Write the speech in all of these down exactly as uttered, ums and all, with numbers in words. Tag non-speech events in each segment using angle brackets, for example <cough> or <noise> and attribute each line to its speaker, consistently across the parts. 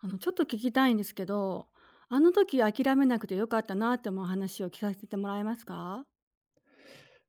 Speaker 1: あの、ちょっと聞きたいんですけど、あの時諦めなくてよかったなって思う話を聞かせてもらえますか？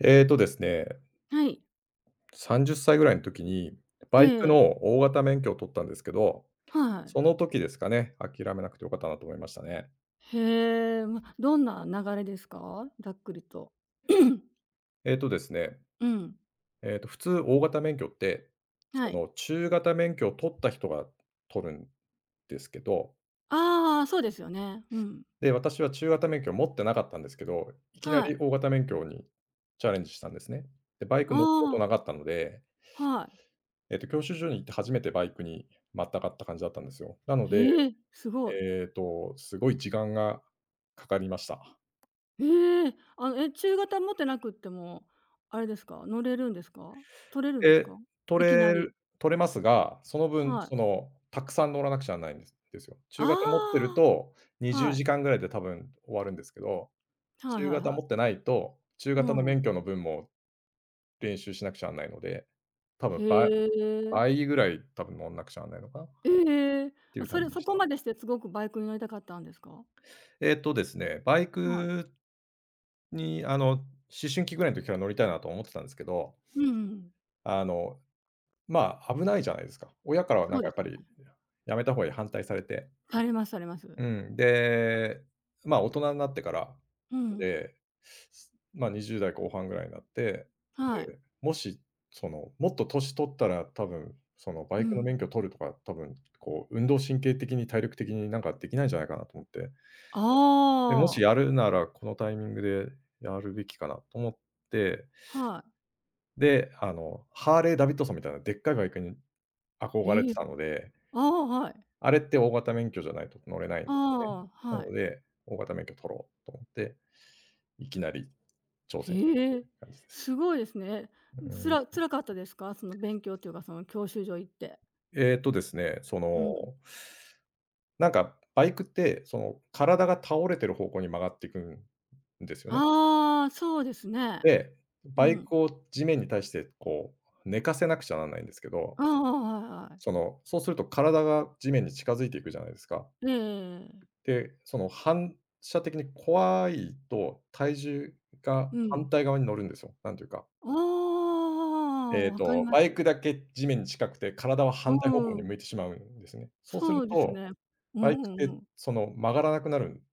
Speaker 2: えーとですね、
Speaker 1: はい。
Speaker 2: さんじゅっさいぐらいの時に、
Speaker 1: え
Speaker 2: バイク
Speaker 1: え、
Speaker 2: の大型免許を取ったんですけど、
Speaker 1: はい。
Speaker 2: その時ですかね、諦めなくてよかったなと思いましたね。
Speaker 1: へえ、ま、どんな流れですか？ざっくりと。<coughs> <clears throat>
Speaker 2: えーとですね、
Speaker 1: うん、
Speaker 2: えーと普通大型免許って、
Speaker 1: は
Speaker 2: そ
Speaker 1: い。
Speaker 2: の中型免許を取った人が取るんですけど、
Speaker 1: ああ、そうですよね。うん。
Speaker 2: で、私は中型免許を持ってなかったんですけど、いきな
Speaker 1: は
Speaker 2: り
Speaker 1: い。
Speaker 2: 大型免許にチャレンジしたんですね。で、バイク
Speaker 1: あ
Speaker 2: 乗ったこと
Speaker 1: あ、
Speaker 2: なかったので、
Speaker 1: はい。
Speaker 2: えーと教習所に行って初めてバイクにまたがった感じだったんですよ。なので
Speaker 1: へえ、すごい。
Speaker 2: えっと、すごい時間がかかりました。
Speaker 1: ええ、あの、え、中型持ってなくっても、あれですか、乗れるんですか？取れるんです
Speaker 2: で、
Speaker 1: か？
Speaker 2: 取
Speaker 1: いきな
Speaker 2: れ
Speaker 1: り。
Speaker 2: る取れますが、その分、
Speaker 1: はい。
Speaker 2: その、たくさん乗らなくちゃならないんですですよ。中型持ってる
Speaker 1: ああ、
Speaker 2: と20
Speaker 1: はい。
Speaker 2: 時間ぐらいで多分終わるんですけど、
Speaker 1: はい
Speaker 2: 中
Speaker 1: はい
Speaker 2: 型
Speaker 1: は
Speaker 2: 持っ
Speaker 1: い。
Speaker 2: てないと、中
Speaker 1: う
Speaker 2: 型の免
Speaker 1: ん。
Speaker 2: 許の分も練習しなくちゃならないので、多分
Speaker 1: へ
Speaker 2: ば
Speaker 1: え。
Speaker 2: 倍ぐらい多分乗んなくちゃならないのかなっ
Speaker 1: ええ。
Speaker 2: てい
Speaker 1: あ、
Speaker 2: う
Speaker 1: そ
Speaker 2: 感
Speaker 1: れ
Speaker 2: じで
Speaker 1: そ
Speaker 2: し
Speaker 1: こ
Speaker 2: た。
Speaker 1: までしてすごくバイクに乗りたかったんですか？
Speaker 2: えっとですね、バイ
Speaker 1: はい。
Speaker 2: クにあの、思春期ぐらいの時から乗りたいなと思ってたんですけど、
Speaker 1: うんうんうん。
Speaker 2: あの、まあ、危ないじゃないですか。親からはなん
Speaker 1: そう
Speaker 2: か
Speaker 1: で
Speaker 2: やっ
Speaker 1: す
Speaker 2: ぱ
Speaker 1: ね。
Speaker 2: り、やめた方がいい、反対されて。
Speaker 1: されますされます。
Speaker 2: うん、で、まあ、大人になってから、
Speaker 1: うん。
Speaker 2: で、すまあ、にじゅう代後半ぐらいになって、
Speaker 1: はい。
Speaker 2: で、もし、その、もっと年取ったら多分、そのバ
Speaker 1: う
Speaker 2: イクの
Speaker 1: ん。
Speaker 2: 免許取るとか、多分、こう運動神経的に体力的になんかできないんじゃないかなと思って。
Speaker 1: あ
Speaker 2: で、もし
Speaker 1: あ、
Speaker 2: やるなら、このタイミングでやるべきかなと思って、
Speaker 1: はい。
Speaker 2: で、あの、ハーレーダビッドソンみたいなでっかいバイクに憧れ
Speaker 1: へ
Speaker 2: て
Speaker 1: え。
Speaker 2: たので、
Speaker 1: ああ、はい。
Speaker 2: あれって大型免許じゃないと乗れないん
Speaker 1: あ
Speaker 2: ですよね。
Speaker 1: あ、
Speaker 2: な
Speaker 1: は
Speaker 2: の
Speaker 1: い。
Speaker 2: で、大型免許取ろうと思って、いきなり挑戦したっ
Speaker 1: へえ、
Speaker 2: て感じです。
Speaker 1: すごいですね。
Speaker 2: う
Speaker 1: つら
Speaker 2: ん。
Speaker 1: 辛かったですか？その勉強っていうか、その教習所行って。
Speaker 2: えっとですね、そ
Speaker 1: う
Speaker 2: の、
Speaker 1: ん。
Speaker 2: なんかバイクって、その、体が倒れてる方向に曲がっていくんですよね。
Speaker 1: ああ、そうですね。
Speaker 2: で、
Speaker 1: う
Speaker 2: バイ
Speaker 1: ん。
Speaker 2: クを地面に対して、こう、寝かせなくちゃなんないんですけど、
Speaker 1: ああ、はいは
Speaker 2: そ
Speaker 1: い。
Speaker 2: の、そうすると体が地面に近づいていくじゃないですか。
Speaker 1: ええええええ。
Speaker 2: で、その反射的に怖いと体重が
Speaker 1: うん。
Speaker 2: 反対側に乗るんですよ。なんていうか、
Speaker 1: ああ、
Speaker 2: えっ
Speaker 1: わかり
Speaker 2: と、
Speaker 1: ま
Speaker 2: バイ
Speaker 1: す。
Speaker 2: クだけ地面に近くて、体は
Speaker 1: う
Speaker 2: 反対方向に
Speaker 1: ん。
Speaker 2: 向いてしまうんですね。そうす
Speaker 1: そ
Speaker 2: る
Speaker 1: うですよ
Speaker 2: と、
Speaker 1: ね。うん
Speaker 2: バイク
Speaker 1: うん
Speaker 2: っ
Speaker 1: う
Speaker 2: て
Speaker 1: ん。
Speaker 2: その曲がらなくなるん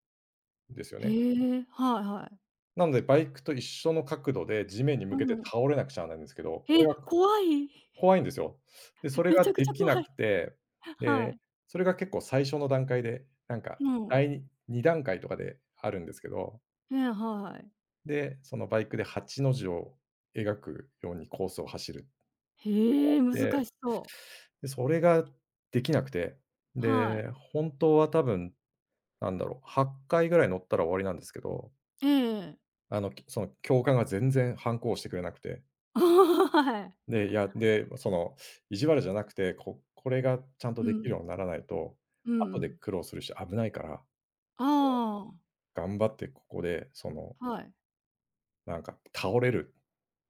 Speaker 2: ですよ
Speaker 1: へ
Speaker 2: ね。
Speaker 1: え、はいはい。
Speaker 2: なので、バイクと一緒の角度で地面に
Speaker 1: う
Speaker 2: 向けて
Speaker 1: ん。
Speaker 2: 倒れなくちゃならないんですけど、こ
Speaker 1: え、
Speaker 2: れが
Speaker 1: 怖い。
Speaker 2: 怖いんですよ。で、そ
Speaker 1: <laughs>
Speaker 2: れ
Speaker 1: めち
Speaker 2: が
Speaker 1: ゃく
Speaker 2: で
Speaker 1: ちゃ
Speaker 2: きな
Speaker 1: 怖い。
Speaker 2: くて、
Speaker 1: は
Speaker 2: で、
Speaker 1: い。
Speaker 2: それが結構最初の段階で、なんか
Speaker 1: うん。
Speaker 2: だいに段階とかであるんですけど、
Speaker 1: ええ、はい。
Speaker 2: で、そのバイクではちの字を描くようにコースを走る
Speaker 1: へえ、
Speaker 2: っ
Speaker 1: 難
Speaker 2: て、
Speaker 1: しそう。
Speaker 2: で、それができなくて、
Speaker 1: はい。
Speaker 2: で、本当は多分、なんだろう、はっかいぐらい乗ったら終わりなんですけど、
Speaker 1: ええ。 <laughs>
Speaker 2: あの、きその教官が全然反抗してくれなくて、
Speaker 1: はい。
Speaker 2: で、いや、で、その意地悪じゃなくて、ここれがちゃんと
Speaker 1: う
Speaker 2: できる
Speaker 1: ん。
Speaker 2: ようにならないと、
Speaker 1: うん
Speaker 2: 後
Speaker 1: う
Speaker 2: で
Speaker 1: ん。
Speaker 2: 苦労するし、危ないから、
Speaker 1: あ
Speaker 2: 頑張ってここで、その、
Speaker 1: あ、はい。
Speaker 2: なんか倒れる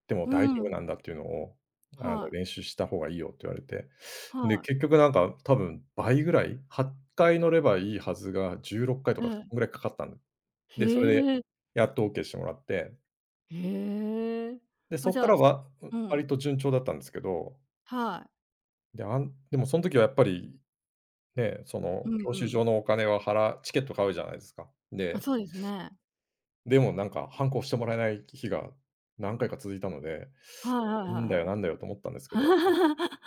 Speaker 2: でも
Speaker 1: う
Speaker 2: 大丈夫な
Speaker 1: ん。
Speaker 2: んだっていうのを、あの、
Speaker 1: はい。
Speaker 2: 練習した方がいいよって言われて。で、
Speaker 1: はい。
Speaker 2: 結局なんか多分倍ぐらい、はっかい乗ればいいはずがじゅうろっかいと
Speaker 1: え
Speaker 2: か、
Speaker 1: え。
Speaker 2: そんぐらいかかったんで、それで
Speaker 1: へえ。
Speaker 2: やっと オーケー してもらって、
Speaker 1: へえ。
Speaker 2: で、
Speaker 1: あ、
Speaker 2: そっ
Speaker 1: じ
Speaker 2: か
Speaker 1: ゃあ、
Speaker 2: ら
Speaker 1: す
Speaker 2: は、
Speaker 1: う
Speaker 2: 割
Speaker 1: ん。
Speaker 2: と順調だったんですけど、
Speaker 1: はい。
Speaker 2: で、あんでもそん時はやっぱり、ね、そ
Speaker 1: う
Speaker 2: の
Speaker 1: ん
Speaker 2: 教
Speaker 1: う
Speaker 2: 習
Speaker 1: ん。
Speaker 2: 所のお金は払チケット買うじゃないですか。
Speaker 1: あ、
Speaker 2: で、
Speaker 1: そうですね。
Speaker 2: でもなんか反抗してもらえない日が何回か続いたので、
Speaker 1: はいはい
Speaker 2: 「な
Speaker 1: は
Speaker 2: んだ
Speaker 1: い
Speaker 2: よ、
Speaker 1: はい。
Speaker 2: なんだよ」と思ったんですけど、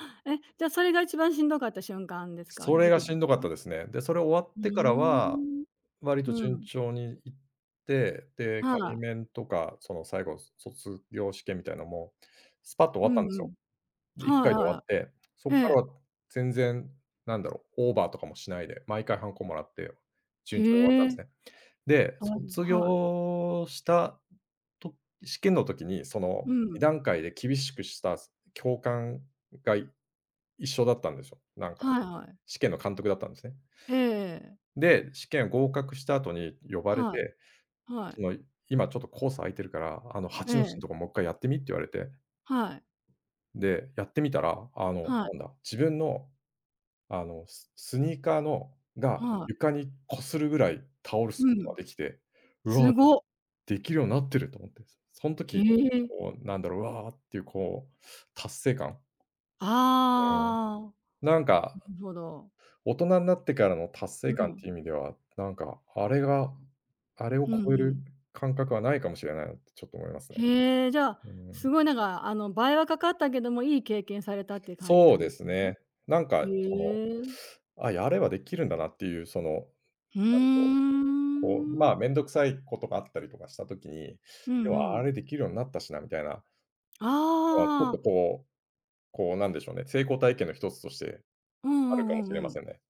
Speaker 1: <laughs> え、じゃ、それが一番しんどかった瞬間ですか？
Speaker 2: それ
Speaker 1: 時
Speaker 2: が
Speaker 1: 期で
Speaker 2: し
Speaker 1: す
Speaker 2: んどかった
Speaker 1: か？
Speaker 2: ですね。で、それ終わ
Speaker 1: う
Speaker 2: ってからは、
Speaker 1: ーん。
Speaker 2: 割と
Speaker 1: う
Speaker 2: 順
Speaker 1: ん。
Speaker 2: 調にいって、で、
Speaker 1: は
Speaker 2: 仮
Speaker 1: い。
Speaker 2: 免とか、その最後、卒業試験みたいなのも、スパッと終
Speaker 1: う
Speaker 2: わったん
Speaker 1: ん
Speaker 2: です
Speaker 1: う
Speaker 2: よ。
Speaker 1: ん。
Speaker 2: で、1
Speaker 1: はい
Speaker 2: 回で終わ
Speaker 1: は
Speaker 2: って、そ
Speaker 1: い。
Speaker 2: こ
Speaker 1: え
Speaker 2: か
Speaker 1: え。
Speaker 2: らは全然、なんだろう、オーバーとかもしないで、毎回ハンコもらって、
Speaker 1: へ
Speaker 2: 順調に終わったんです
Speaker 1: え。
Speaker 2: ね。で、
Speaker 1: はい
Speaker 2: 卒
Speaker 1: はい。
Speaker 2: 業したと試験の時に、そ
Speaker 1: う
Speaker 2: のに
Speaker 1: ん。
Speaker 2: 段階で厳しくした教官が一緒だったんですよ。なんか、
Speaker 1: はいはい。
Speaker 2: 試験の監督だったんですね。
Speaker 1: ええ、
Speaker 2: で、試験合格した後に呼ばれ
Speaker 1: は
Speaker 2: て、
Speaker 1: いはい。
Speaker 2: その「今ちょっとコース空いてるから、あの
Speaker 1: え
Speaker 2: はちの字の
Speaker 1: え。
Speaker 2: とこもう一回やってみ」って言われて、
Speaker 1: はい
Speaker 2: で、やってみたら、あの、
Speaker 1: は
Speaker 2: な
Speaker 1: い。
Speaker 2: んだ、自分の、あの、ススニーカーのが
Speaker 1: はい。
Speaker 2: 床に擦るぐらい倒す
Speaker 1: う
Speaker 2: こと
Speaker 1: ん。
Speaker 2: ができて、う
Speaker 1: す
Speaker 2: わ、
Speaker 1: ごっ。
Speaker 2: できるようになってると思って、そん
Speaker 1: へ
Speaker 2: 時に
Speaker 1: え。
Speaker 2: こう、なんだろう、うわっていうこう達成感、うん、
Speaker 1: ああ、
Speaker 2: なん
Speaker 1: な
Speaker 2: か
Speaker 1: るほど。
Speaker 2: 大人になってからの達成
Speaker 1: う
Speaker 2: 感っ
Speaker 1: ん。
Speaker 2: ていう意味では、なんか、あれがあれを
Speaker 1: うん
Speaker 2: 超え
Speaker 1: う
Speaker 2: る
Speaker 1: ん。
Speaker 2: 感覚はないかもしれないなってちょっと思いますね。
Speaker 1: へえ、じゃあ、
Speaker 2: うん。
Speaker 1: すごいなんか、あの、倍はかかったけども、いい経験されたっていう感じ
Speaker 2: そ
Speaker 1: な
Speaker 2: う
Speaker 1: んで
Speaker 2: で
Speaker 1: す
Speaker 2: す
Speaker 1: ね。
Speaker 2: ね。なんか、その、
Speaker 1: へえ。
Speaker 2: あ、やればできるんだなっていう、その、
Speaker 1: うー
Speaker 2: なんでしょう、こう、ま
Speaker 1: ん。
Speaker 2: あ、面倒くさいことがあったりとかしたときに、
Speaker 1: うん
Speaker 2: で
Speaker 1: う
Speaker 2: もあ
Speaker 1: ん。
Speaker 2: れできるようになったしなみたいな、まあ、ちょっ
Speaker 1: ああ。
Speaker 2: とこうこう、なんでしょうね、成功体験の一つとして
Speaker 1: うん
Speaker 2: あ
Speaker 1: う
Speaker 2: るかも
Speaker 1: んう
Speaker 2: しれ
Speaker 1: んう
Speaker 2: ま
Speaker 1: ん。
Speaker 2: せんね。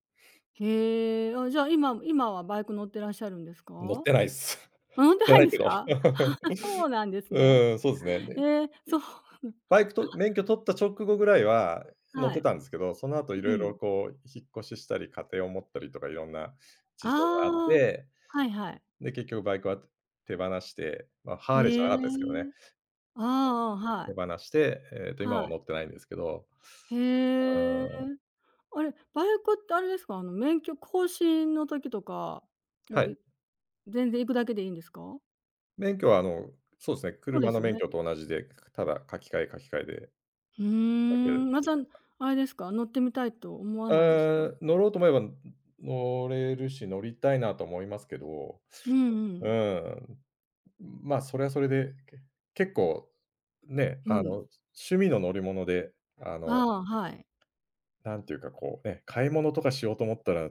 Speaker 1: へえ。あ、じゃあ、今今はバイク乗ってらっしゃるんですか？
Speaker 2: 乗ってないっす。<laughs>
Speaker 1: あ、乗って
Speaker 2: 乗って
Speaker 1: ない
Speaker 2: な
Speaker 1: ん
Speaker 2: い
Speaker 1: です
Speaker 2: けど。
Speaker 1: か？あ、そうなんで
Speaker 2: <laughs>
Speaker 1: すね。
Speaker 2: うん、そうですね。
Speaker 1: ええ、そう。
Speaker 2: バ
Speaker 1: <laughs>
Speaker 2: イクと免許取った直後ぐらいは乗っ
Speaker 1: は
Speaker 2: て
Speaker 1: い。
Speaker 2: たんですけど、その後い
Speaker 1: う
Speaker 2: ろいろ
Speaker 1: ん。
Speaker 2: こう引っ越ししたり、家庭を持ったりとかいろんな事情があっ
Speaker 1: ああ。
Speaker 2: て、
Speaker 1: はいはい。
Speaker 2: で、結局バイクは手放して、まあ、ハーレーじゃ
Speaker 1: へえ。
Speaker 2: なかったですけどね、
Speaker 1: ああ、あ、は
Speaker 2: 手
Speaker 1: い。
Speaker 2: 放して、えっと、今は
Speaker 1: はい。
Speaker 2: 乗ってないんですけど、う
Speaker 1: へえ。
Speaker 2: ーん、
Speaker 1: あれ、バイクってあれですか？あの、免許更新の時とか、も
Speaker 2: は
Speaker 1: う、
Speaker 2: い。
Speaker 1: い全然行くだけでいいんですか？
Speaker 2: 免許はあの、そうですね、
Speaker 1: そうで
Speaker 2: 車
Speaker 1: す
Speaker 2: の
Speaker 1: よ
Speaker 2: 免
Speaker 1: ね。
Speaker 2: 許と同じで、ただ書き換え書き換えで
Speaker 1: うー
Speaker 2: だけです。
Speaker 1: ん、また、あれですか、乗ってみたいと思わないですか？
Speaker 2: ああ、乗ろうと思えば乗れるし、乗りたいなと思いますけど、
Speaker 1: うんう
Speaker 2: う
Speaker 1: ん。
Speaker 2: ん。まあ、それはそれで、け結構、ね、
Speaker 1: う
Speaker 2: あの、
Speaker 1: ん。
Speaker 2: 趣味の乗り物で、あ
Speaker 1: あ
Speaker 2: の、
Speaker 1: あ、はい。
Speaker 2: なんていうか、こうね、買い物とかしようと思ったら、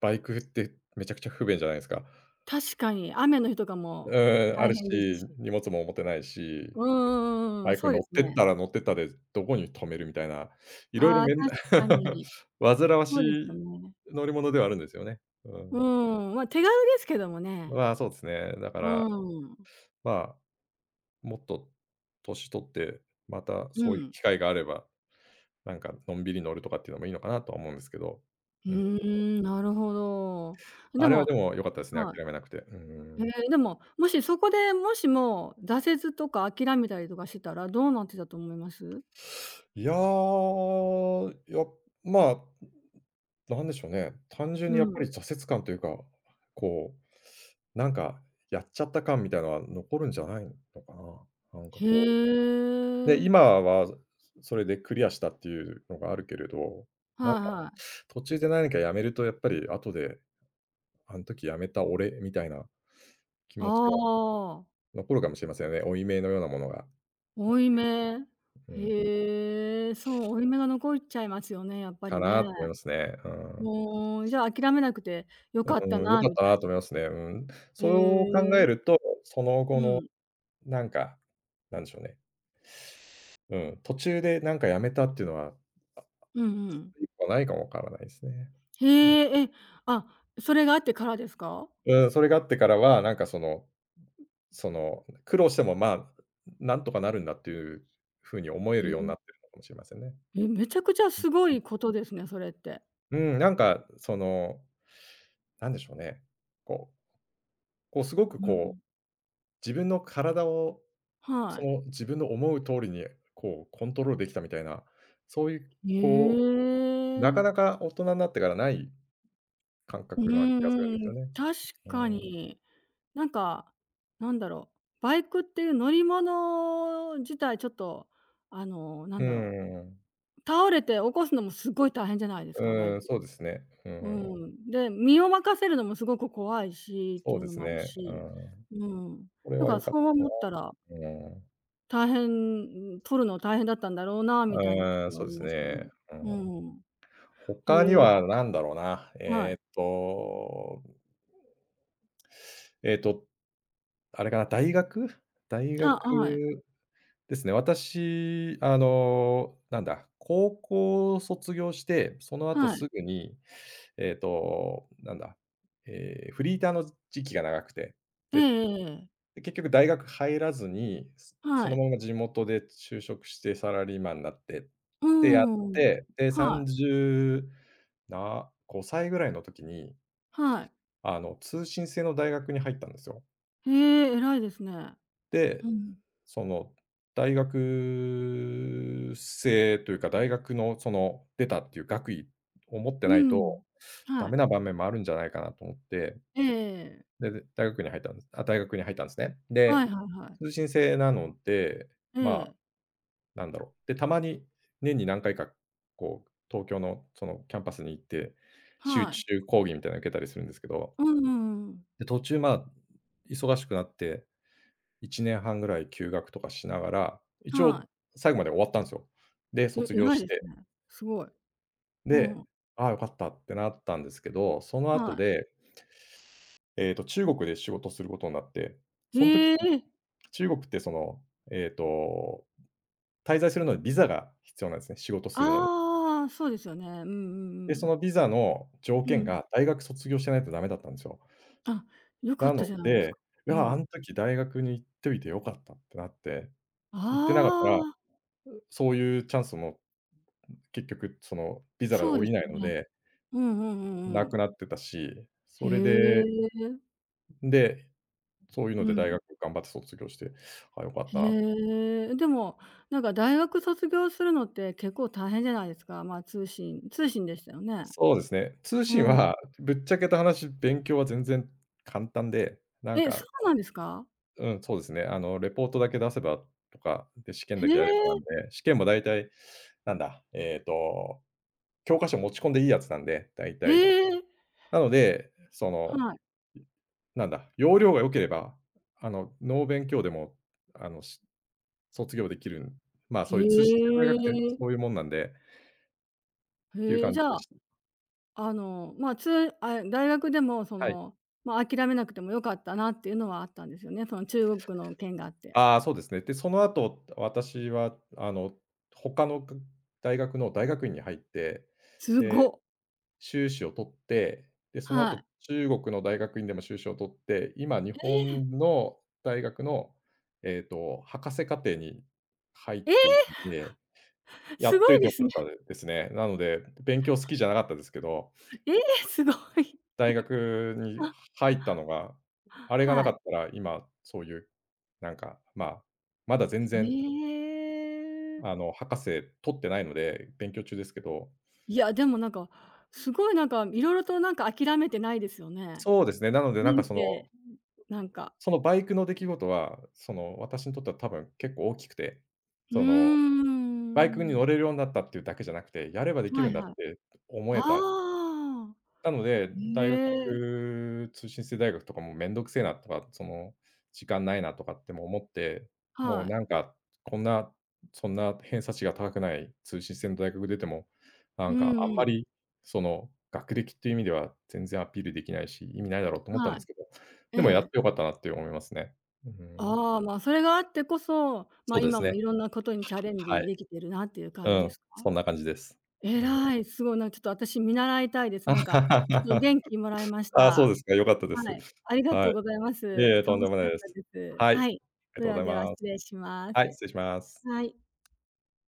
Speaker 2: バイクってめちゃくちゃ不便じゃないですか。
Speaker 1: 確かに、雨の日とか
Speaker 2: う
Speaker 1: も
Speaker 2: ーん、あ
Speaker 1: 大
Speaker 2: るし、
Speaker 1: 変ですし。
Speaker 2: 荷物も持てないし、
Speaker 1: うんうんうんう
Speaker 2: バ
Speaker 1: ん、
Speaker 2: イク
Speaker 1: そう
Speaker 2: 乗っ
Speaker 1: です
Speaker 2: てっ
Speaker 1: ね。
Speaker 2: たら乗ってったで、どこに止めるみたいな、いろいろ
Speaker 1: ああ、
Speaker 2: めん
Speaker 1: 確かに。
Speaker 2: <laughs> 煩わし
Speaker 1: そうですよ
Speaker 2: い
Speaker 1: ね。
Speaker 2: 乗り物ではあるんですよね。う
Speaker 1: う
Speaker 2: ん。
Speaker 1: ーん、ま、手軽ですけどもね。
Speaker 2: まあ、そうですね。だか
Speaker 1: う
Speaker 2: ら、
Speaker 1: ーん。
Speaker 2: まあ、もっと年取って、また
Speaker 1: う
Speaker 2: そういう
Speaker 1: ん。
Speaker 2: 機会があればなんかのんびり乗るとかっていうのもいいのかなとは思うんですけど。
Speaker 1: う
Speaker 2: うん。
Speaker 1: ーん、なるほど。で
Speaker 2: あれは
Speaker 1: も、
Speaker 2: でも良かったですね、
Speaker 1: はい。
Speaker 2: 諦めなくて。う
Speaker 1: え
Speaker 2: ん。
Speaker 1: え、でも、もしそこで、もしも挫折とか諦めたりとかしてたら、どうなってたと思います？
Speaker 2: いやー、やまあ、なんでしょうね、単純
Speaker 1: う
Speaker 2: にやっぱ
Speaker 1: ん。
Speaker 2: り挫折感というか、こう、なんかやっちゃった感みたいなのは残るんじゃないのかな。なんかこう、
Speaker 1: へ
Speaker 2: で今
Speaker 1: え。
Speaker 2: はそれでクリアしたっていうのがあるけれど、
Speaker 1: は
Speaker 2: なん
Speaker 1: い
Speaker 2: か
Speaker 1: はい。
Speaker 2: 途中で何かやめるとやっぱり後で、あの時やめた俺みたいな気
Speaker 1: あ
Speaker 2: 持ちが
Speaker 1: あ、
Speaker 2: 残るかもしれませんね。負い目のようなものが、
Speaker 1: 負い目。
Speaker 2: うん、
Speaker 1: へえ、そう、負い目が残っちゃいますよね、やっぱ
Speaker 2: か
Speaker 1: りね。
Speaker 2: なと思いますね。うん。
Speaker 1: もうじゃあ諦めなくてよ
Speaker 2: う
Speaker 1: かった
Speaker 2: ーん、良
Speaker 1: な
Speaker 2: かっ
Speaker 1: み
Speaker 2: た
Speaker 1: た
Speaker 2: なと思いますね。うん。
Speaker 1: い。へ
Speaker 2: そう考え
Speaker 1: え。
Speaker 2: ると、その
Speaker 1: う
Speaker 2: 後の
Speaker 1: ん。
Speaker 2: なんか、なんでしょうね、うん、途中でなんかやめたっていうのは、
Speaker 1: うんうん。
Speaker 2: 一個ないかもわからないですね。
Speaker 1: へえ、え、あ、それがあってからですか？
Speaker 2: うん、それがあってからは、なんかそのその、苦労しても、まあ、なんとかなるんだっていう風に思えるようになっ
Speaker 1: え、
Speaker 2: てるのかもしれませんね。
Speaker 1: え、めちゃくちゃすごいことですね、それって。
Speaker 2: うん、なんかその、なんでしょうね、こうこうすごく
Speaker 1: う
Speaker 2: こ
Speaker 1: ん。
Speaker 2: う、自分の体を
Speaker 1: は
Speaker 2: その
Speaker 1: い。
Speaker 2: 自分の思う通りにこうコントロールできたみたいな、そういう
Speaker 1: へ
Speaker 2: こう、なか
Speaker 1: え。
Speaker 2: なか大人になってからない感
Speaker 1: う
Speaker 2: 覚
Speaker 1: ん
Speaker 2: な気がするんです
Speaker 1: う
Speaker 2: よ
Speaker 1: ん、
Speaker 2: ね。
Speaker 1: 確
Speaker 2: う
Speaker 1: か
Speaker 2: ーん。
Speaker 1: に。なんか、なんだろう、バイクっていう乗り物自体ちょっと、あの、な
Speaker 2: う
Speaker 1: んだろ
Speaker 2: ん。
Speaker 1: う、倒れて起こすのもすごい大変じゃないですか、バイ
Speaker 2: うん、
Speaker 1: ク。
Speaker 2: そうですね。う
Speaker 1: う
Speaker 2: ん。
Speaker 1: ん。で、身を任せるのもすごく怖いしって
Speaker 2: そ
Speaker 1: い
Speaker 2: う
Speaker 1: う
Speaker 2: で
Speaker 1: の
Speaker 2: す
Speaker 1: もある
Speaker 2: ね。う
Speaker 1: し、
Speaker 2: ん。
Speaker 1: うん。
Speaker 2: これ
Speaker 1: だ
Speaker 2: は
Speaker 1: から
Speaker 2: 良
Speaker 1: そ
Speaker 2: かっ
Speaker 1: う
Speaker 2: た
Speaker 1: 思ったら、
Speaker 2: な。うーん。
Speaker 1: 大変、うん、取るの大変だったんだろうなみたいなと
Speaker 2: うん、
Speaker 1: こは
Speaker 2: そ
Speaker 1: あ
Speaker 2: う
Speaker 1: り
Speaker 2: です
Speaker 1: ますけども。
Speaker 2: ね。うん。
Speaker 1: うん。
Speaker 2: 他に
Speaker 1: へえ、
Speaker 2: は何だろうな。
Speaker 1: は
Speaker 2: え
Speaker 1: い。
Speaker 2: っと、えっと、あれかな、大学大
Speaker 1: あ、はい。
Speaker 2: 学ですね、私、あの、なんだ、高校を卒業して、その後
Speaker 1: はい。
Speaker 2: すぐに、えっと、なんだ、えーフリーターの時期が長くて、
Speaker 1: ええ
Speaker 2: で、
Speaker 1: ええええ。
Speaker 2: 結局大学入らずに、そそ
Speaker 1: は
Speaker 2: の
Speaker 1: い。
Speaker 2: まま地元で就職してサラリーマンになってっ
Speaker 1: う
Speaker 2: てやっ
Speaker 1: ーん。
Speaker 2: て、で、
Speaker 1: はい、
Speaker 2: 30なごさいぐらいの時に、
Speaker 1: はい。
Speaker 2: あの、通信制の大学に入ったんですよ。
Speaker 1: へえ、偉いですね。う
Speaker 2: で、
Speaker 1: ん。
Speaker 2: その大学生というか、大学のその出たっていう学位を持って
Speaker 1: う
Speaker 2: ないと、
Speaker 1: ん。
Speaker 2: ダ
Speaker 1: はい。
Speaker 2: メな場面もあるんじゃないかなと思って、
Speaker 1: ええええええ。
Speaker 2: で、で、大学に入ったんです。あ、大学に入ったんですね。
Speaker 1: は
Speaker 2: で、
Speaker 1: いはいはい。
Speaker 2: 通信制なので、
Speaker 1: え
Speaker 2: まあ、
Speaker 1: え。
Speaker 2: なんだろう、で、たまに年に何回か、こう、東京のそのキャンパスに行って、集
Speaker 1: はい。
Speaker 2: 中講義みたいなの受けたりするんですけど、
Speaker 1: うんうんうん。
Speaker 2: で、途中、まあ、忙しくなっていちねんはんぐらい休学とかしながら、一応
Speaker 1: は
Speaker 2: 最後まで終わったんですよ。で、
Speaker 1: い。え、
Speaker 2: 卒業
Speaker 1: 偉い
Speaker 2: し
Speaker 1: です
Speaker 2: て、
Speaker 1: ね。すごい。う
Speaker 2: で、
Speaker 1: ん。
Speaker 2: ああ、良かったってなったんですけど、その
Speaker 1: は
Speaker 2: 後
Speaker 1: い。
Speaker 2: で、えっと、中国で仕事することになって、その時
Speaker 1: へ
Speaker 2: に
Speaker 1: え。
Speaker 2: 中国ってその、えっと、滞在するのにビザが必要なんですね、仕事するのに。
Speaker 1: ああ、そうですよね。うんうんう
Speaker 2: で、そ
Speaker 1: ん。
Speaker 2: のビザの条
Speaker 1: う
Speaker 2: 件
Speaker 1: ん。
Speaker 2: が大学卒業してないとダメだったんですよ。
Speaker 1: あ、良かっ
Speaker 2: な
Speaker 1: た
Speaker 2: の
Speaker 1: じゃないです
Speaker 2: で、
Speaker 1: か。
Speaker 2: いや、
Speaker 1: は
Speaker 2: あん
Speaker 1: い。
Speaker 2: 時大学に行っておいて良かったってなって、
Speaker 1: あ
Speaker 2: 行ってなかったら、
Speaker 1: あ、
Speaker 2: そういうチャンスも結局そのビザが
Speaker 1: そう
Speaker 2: 下
Speaker 1: で
Speaker 2: り
Speaker 1: す
Speaker 2: な
Speaker 1: よ
Speaker 2: いの
Speaker 1: ね。
Speaker 2: で、
Speaker 1: うんうんうん
Speaker 2: な
Speaker 1: う
Speaker 2: く
Speaker 1: ん。
Speaker 2: なってたし、
Speaker 1: へ
Speaker 2: それで、
Speaker 1: え。
Speaker 2: で、そういうの
Speaker 1: う
Speaker 2: で大
Speaker 1: ん。
Speaker 2: 学頑張って卒業して、あ、よかったな。
Speaker 1: へえ、でも、なんか大学卒業するのって結構大変じゃないですか。まあ、通信通信でしたよね。
Speaker 2: そうですね。通
Speaker 1: う
Speaker 2: 信
Speaker 1: ん。
Speaker 2: はぶっちゃけた話、勉強は全然簡単で、なん
Speaker 1: え、そ
Speaker 2: か、
Speaker 1: うなんですか？
Speaker 2: うん、そうですね。あのレポートだけ出せばとか、で、試験
Speaker 1: へ
Speaker 2: だけやればなん
Speaker 1: え、
Speaker 2: で、試験も大体なんだ、えっと、教科書持ち込んでいいやつなんで、大
Speaker 1: へ
Speaker 2: 体
Speaker 1: え、
Speaker 2: なので、その、
Speaker 1: はい。
Speaker 2: なんだ、要領が良ければ、あの、ノー勉強でも、あの、し卒業できる、まあ、
Speaker 1: へ
Speaker 2: そういう通信制大学って
Speaker 1: え、
Speaker 2: そういうもんなんでっていう
Speaker 1: へえ、
Speaker 2: 感じ
Speaker 1: じゃ
Speaker 2: で
Speaker 1: あ、
Speaker 2: した。
Speaker 1: あの、まあ、つあ、大学でもそ
Speaker 2: はい。
Speaker 1: の、まあ、諦めなくてもよかったなっていうのはあったんですよね、その中国の件があって。
Speaker 2: ああ、そうですね。で、その後、私は、あの、他のく大学の大学院に入って、
Speaker 1: す
Speaker 2: で、
Speaker 1: ご。
Speaker 2: 修士を取って、で、その
Speaker 1: は
Speaker 2: 後
Speaker 1: い。
Speaker 2: 中国の大学院でも修士を取って、今日本の大学の、えっと、博士課程に入っ
Speaker 1: ええ、え
Speaker 2: てい
Speaker 1: え、
Speaker 2: てや
Speaker 1: す
Speaker 2: っ
Speaker 1: ご
Speaker 2: と
Speaker 1: い
Speaker 2: いて
Speaker 1: で
Speaker 2: よ
Speaker 1: す
Speaker 2: か
Speaker 1: ね。
Speaker 2: ったですね。なので、勉強好きじゃなかったですけど、
Speaker 1: ええ、すごい。
Speaker 2: 大学に
Speaker 1: あ、
Speaker 2: 入ったのが、あれがな
Speaker 1: は
Speaker 2: か
Speaker 1: い。
Speaker 2: ったら今そういう、なんか、まあ、まだ全然、
Speaker 1: へえ。
Speaker 2: あの、博士取ってないので、勉強中ですけど、
Speaker 1: いや、でもなんか、すごいなんか、いろいろとなんか諦めてないですよね。
Speaker 2: そうですね、なのでなん
Speaker 1: 人
Speaker 2: かそ
Speaker 1: 生、
Speaker 2: の、
Speaker 1: なんか。
Speaker 2: そのバイクの出来事は、その、私にとっては多分結構大きくて、
Speaker 1: うー
Speaker 2: その、バイクに乗
Speaker 1: ん。
Speaker 2: れるようになったっていうだけじゃなくて、やればでき
Speaker 1: は
Speaker 2: るん
Speaker 1: い
Speaker 2: だっ
Speaker 1: はい。
Speaker 2: て思えた
Speaker 1: ああ。
Speaker 2: なので、大学
Speaker 1: へえ、
Speaker 2: 通信制大学とかもめんどくせえなとか、その、時間ないなとかっても思って、もう
Speaker 1: はい。
Speaker 2: なんか、こんな、そんな偏差値が高くない通信制の大学出ても、
Speaker 1: う
Speaker 2: なん
Speaker 1: ん
Speaker 2: か
Speaker 1: う
Speaker 2: あんま
Speaker 1: ん。
Speaker 2: り、その、学歴っていう意味では全然アピールできないし、意味ないだろうと思ったん
Speaker 1: は
Speaker 2: で
Speaker 1: い。
Speaker 2: すけど、
Speaker 1: え
Speaker 2: でもやっ
Speaker 1: え。
Speaker 2: てよかったなって思いますね。うん。
Speaker 1: ああ、まあ、それがあってこそ、ま、あ
Speaker 2: そうで
Speaker 1: 今
Speaker 2: す
Speaker 1: も
Speaker 2: ね。
Speaker 1: いろんなことにチャレン
Speaker 2: は
Speaker 1: ジ
Speaker 2: い。
Speaker 1: できてるなっていう感
Speaker 2: う
Speaker 1: じで
Speaker 2: ん、
Speaker 1: すか？
Speaker 2: そんな感じです。うん。
Speaker 1: 偉い、すごい、なんかちょっと私見習いたいです。なんか、ちょっと元気もらいまし
Speaker 2: ああ、そう
Speaker 1: た。
Speaker 2: ですか、良かったで
Speaker 1: は
Speaker 2: す。
Speaker 1: い、ありが
Speaker 2: は
Speaker 1: とう
Speaker 2: い。
Speaker 1: ございます。
Speaker 2: いえいえ、とん
Speaker 1: 楽
Speaker 2: で
Speaker 1: し
Speaker 2: もな
Speaker 1: か
Speaker 2: い
Speaker 1: っ
Speaker 2: で
Speaker 1: た
Speaker 2: す。
Speaker 1: です。
Speaker 2: はい。あり
Speaker 1: はい。
Speaker 2: が
Speaker 1: で
Speaker 2: とうご
Speaker 1: は
Speaker 2: ざい
Speaker 1: では失
Speaker 2: ます。
Speaker 1: 礼しま
Speaker 2: はい、
Speaker 1: す。
Speaker 2: 失礼します。
Speaker 1: はい。